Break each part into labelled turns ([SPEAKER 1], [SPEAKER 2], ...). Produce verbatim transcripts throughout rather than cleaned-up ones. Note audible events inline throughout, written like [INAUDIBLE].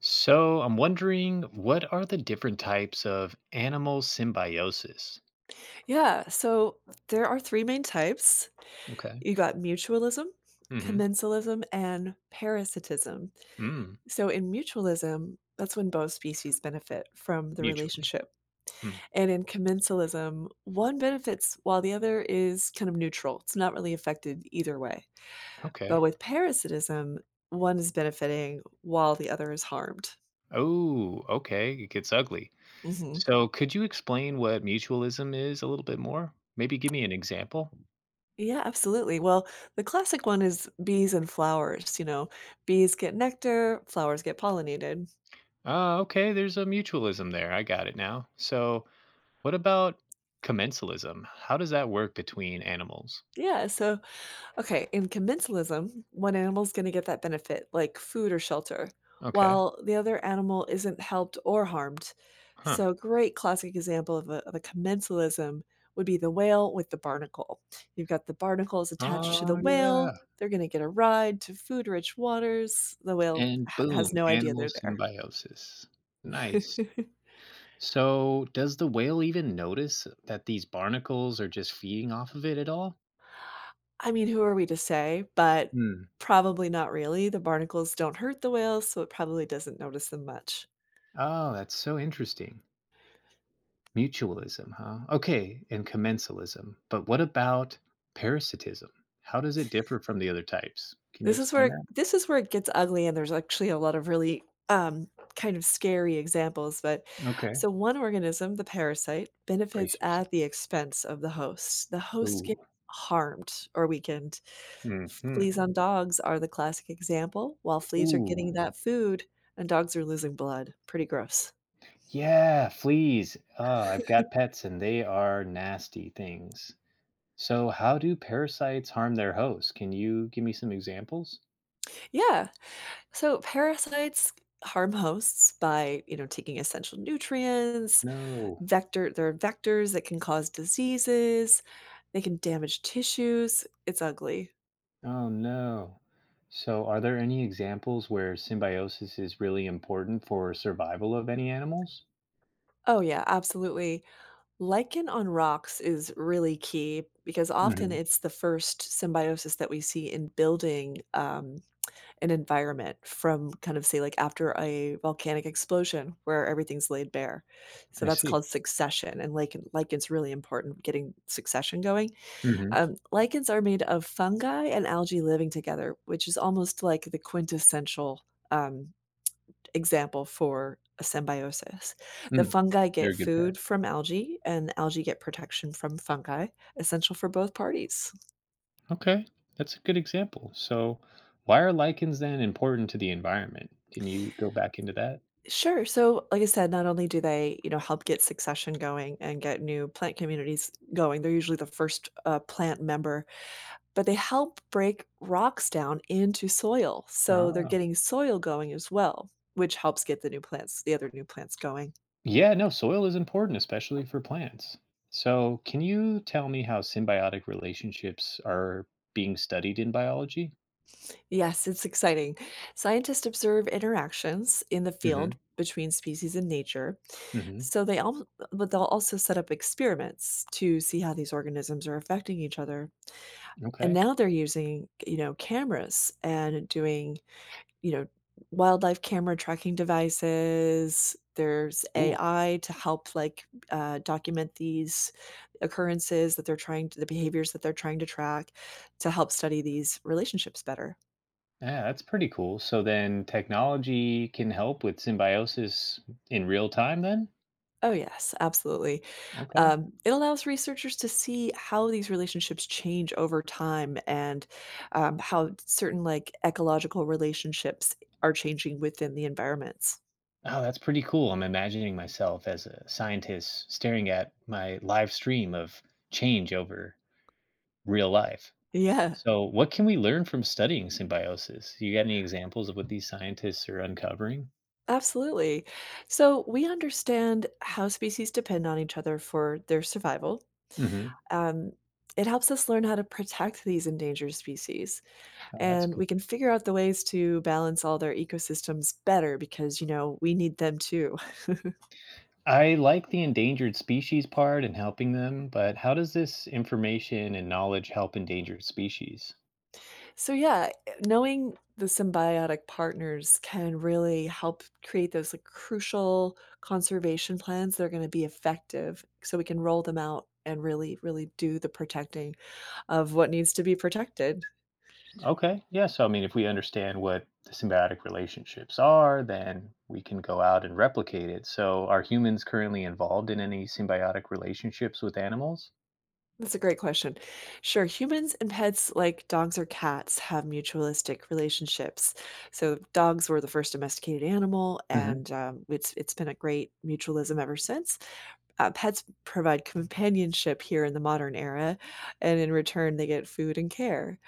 [SPEAKER 1] So I'm wondering, what are the different types of animal symbiosis?
[SPEAKER 2] Yeah, so there are three main types.
[SPEAKER 1] Okay.
[SPEAKER 2] You got mutualism,
[SPEAKER 1] Mm-hmm.
[SPEAKER 2] commensalism, and parasitism.
[SPEAKER 1] Mm.
[SPEAKER 2] So in mutualism, that's when both species benefit from the
[SPEAKER 1] Mutually.
[SPEAKER 2] relationship.
[SPEAKER 1] Mm.
[SPEAKER 2] And in commensalism, one benefits while the other is kind of neutral. It's not really affected either way. But
[SPEAKER 1] Okay.
[SPEAKER 2] with parasitism, one is benefiting while the other is harmed.
[SPEAKER 1] Oh, okay. It gets ugly.
[SPEAKER 2] Hmm.
[SPEAKER 1] So could you explain what mutualism is a little bit more? Maybe give me an example.
[SPEAKER 2] Yeah, absolutely. Well, the classic one is bees and flowers. You know, bees get nectar, flowers get pollinated.
[SPEAKER 1] Ah, okay. There's a mutualism there. I got it now. So what about commensalism? How does that work between animals?
[SPEAKER 2] Yeah, so okay, in commensalism, one animal's going to get that benefit, like food or shelter,
[SPEAKER 1] Okay.
[SPEAKER 2] while the other animal isn't helped or harmed.
[SPEAKER 1] Huh.
[SPEAKER 2] So, a great classic example of a, of a commensalism would be the whale with the barnacle. You've got the barnacles attached to the
[SPEAKER 1] Oh, yeah.
[SPEAKER 2] whale. They're going to get a ride to food rich waters. The whale
[SPEAKER 1] And
[SPEAKER 2] ha- has
[SPEAKER 1] boom,
[SPEAKER 2] no idea
[SPEAKER 1] animal
[SPEAKER 2] they're there.
[SPEAKER 1] symbiosis. Nice.
[SPEAKER 2] [LAUGHS]
[SPEAKER 1] So, does the whale even notice that these barnacles are just feeding off of it at all?
[SPEAKER 2] I mean, who are we to say? But
[SPEAKER 1] Hmm.
[SPEAKER 2] probably not really. The barnacles don't hurt the whales, so it probably doesn't notice them much.
[SPEAKER 1] Oh, that's so interesting. Mutualism, huh? Okay, and commensalism. But what about parasitism? How does it differ from the other types? Can you
[SPEAKER 2] This is
[SPEAKER 1] explain
[SPEAKER 2] where
[SPEAKER 1] that?
[SPEAKER 2] this is where it gets ugly, and there's actually a lot of really, um, kind of scary examples, but
[SPEAKER 1] Okay.
[SPEAKER 2] so one organism, the parasite, benefits
[SPEAKER 1] Brace yourself.
[SPEAKER 2] at the expense of the host. The host gets
[SPEAKER 1] Ooh.
[SPEAKER 2] harmed or weakened.
[SPEAKER 1] Hmm.
[SPEAKER 2] Fleas on dogs are the classic example. While fleas are
[SPEAKER 1] Ooh.
[SPEAKER 2] getting that food and dogs are losing blood. Pretty gross.
[SPEAKER 1] Yeah, fleas. Uh, I've got pets and they are nasty things. So, how do parasites harm their hosts? Can you give me some examples?
[SPEAKER 2] Yeah. So parasites harm hosts by, you know, taking essential nutrients,
[SPEAKER 1] No.
[SPEAKER 2] vector there are vectors that can cause diseases. They can damage tissues. It's ugly.
[SPEAKER 1] Oh, no. So, are there any examples where symbiosis is really important for survival of any animals?
[SPEAKER 2] Oh, yeah, absolutely. Lichen on rocks is really key because often
[SPEAKER 1] Hmm.
[SPEAKER 2] it's the first symbiosis that we see in building um, an environment from kind of, say, like after a volcanic explosion where everything's laid bare. So
[SPEAKER 1] I
[SPEAKER 2] that's
[SPEAKER 1] see.
[SPEAKER 2] called succession. And lichen, lichen's really important getting succession going.
[SPEAKER 1] Hmm.
[SPEAKER 2] Um, lichens are made of fungi and algae living together, which is almost like the quintessential. Um, Example for a symbiosis. The
[SPEAKER 1] Mm.
[SPEAKER 2] fungi
[SPEAKER 1] They're
[SPEAKER 2] get
[SPEAKER 1] a good pair.
[SPEAKER 2] food from algae, and algae get protection from fungi, essential for both parties.
[SPEAKER 1] Okay. That's a good example. So, why are lichens then important to the environment? Can you go back into that?
[SPEAKER 2] Sure. So, like I said, not only do they, you know, help get succession going and get new plant communities going, they're usually the first uh, plant member, but they help break rocks down into soil. So they're
[SPEAKER 1] Ah.
[SPEAKER 2] getting soil going as well, which helps get the new plants, the other new plants going.
[SPEAKER 1] Yeah, no, soil is important, especially for plants. So, can you tell me how symbiotic relationships are being studied in biology?
[SPEAKER 2] Yes, it's exciting. Scientists observe interactions in the
[SPEAKER 1] Hmm.
[SPEAKER 2] field between species and nature.
[SPEAKER 1] Hmm.
[SPEAKER 2] So they all, but they'll also set up experiments to see how these organisms are affecting each other. And
[SPEAKER 1] Okay.
[SPEAKER 2] now they're using, you know, cameras and doing, you know, wildlife camera tracking devices. There's
[SPEAKER 1] Cool.
[SPEAKER 2] A I to help like uh, document these occurrences that they're trying to, the behaviors that they're trying to track to help study these relationships better.
[SPEAKER 1] Yeah, that's pretty cool. So then technology can help with symbiosis in real time then?
[SPEAKER 2] Oh, yes, absolutely.
[SPEAKER 1] Okay.
[SPEAKER 2] Um, it allows researchers to see how these relationships change over time and um, how certain like ecological relationships are changing within the environments.
[SPEAKER 1] Oh, that's pretty cool. I'm imagining myself as a scientist staring at my live stream of change over real life.
[SPEAKER 2] Yeah,
[SPEAKER 1] So, what can we learn from studying symbiosis? You got any examples of what these scientists are uncovering?
[SPEAKER 2] absolutely. So we understand how species depend on each other for their survival.
[SPEAKER 1] Hmm.
[SPEAKER 2] Um, it helps us learn how to protect these endangered species.
[SPEAKER 1] Oh, that's
[SPEAKER 2] And we
[SPEAKER 1] cool.
[SPEAKER 2] can figure out the ways to balance all their ecosystems better because, you know, we need them too.
[SPEAKER 1] I like the endangered species part and helping them, but how does this information and knowledge help endangered species?
[SPEAKER 2] So yeah, eh, knowing the symbiotic partners can really help create those like crucial conservation plans that are going to be effective so we can roll them out and really, really do the protecting of what needs to be protected.
[SPEAKER 1] Okay, yeah. So, I mean, if we understand what the symbiotic relationships are, then we can go out and replicate it. So, are humans currently involved in any symbiotic relationships with animals?
[SPEAKER 2] That's a great question. Sure, humans and pets like dogs or cats have mutualistic relationships. So dogs were the first domesticated animal,
[SPEAKER 1] Hmm.
[SPEAKER 2] and um, it's it's been a great mutualism ever since. Uh, pets provide companionship here in the modern era, and in return, they get food and care.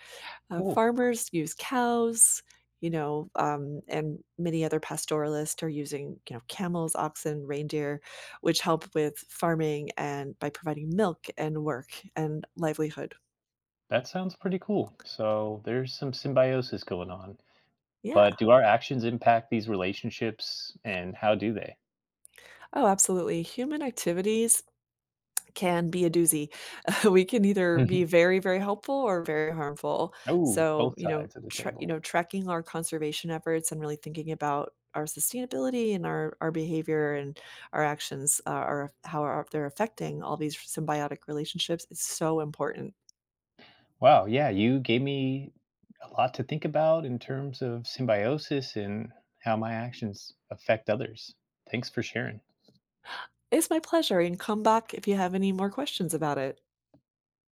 [SPEAKER 2] Uh,
[SPEAKER 1] Cool.
[SPEAKER 2] farmers use cows, you know, um, and many other pastoralists are using, you know, camels, oxen, reindeer, which help with farming and by providing milk and work and livelihood.
[SPEAKER 1] That sounds pretty cool. So, there's some symbiosis going on.
[SPEAKER 2] Yeah.
[SPEAKER 1] But do our actions impact these relationships, and how do they?
[SPEAKER 2] Oh, absolutely. Human activities can be a doozy. [LAUGHS] We can either be
[SPEAKER 1] Mhm.
[SPEAKER 2] very, very helpful or very harmful.
[SPEAKER 1] Oh,
[SPEAKER 2] So,
[SPEAKER 1] both
[SPEAKER 2] you know,
[SPEAKER 1] sides of the
[SPEAKER 2] tra- you
[SPEAKER 1] table.
[SPEAKER 2] know, tracking our conservation efforts and really thinking about our sustainability and our, our behavior and our actions uh, are how are, they're affecting all these symbiotic relationships is so important.
[SPEAKER 1] Wow, yeah, you gave me a lot to think about in terms of symbiosis and how my actions affect others. Thanks for sharing.
[SPEAKER 2] It's my pleasure. And come back if you have any more questions about it.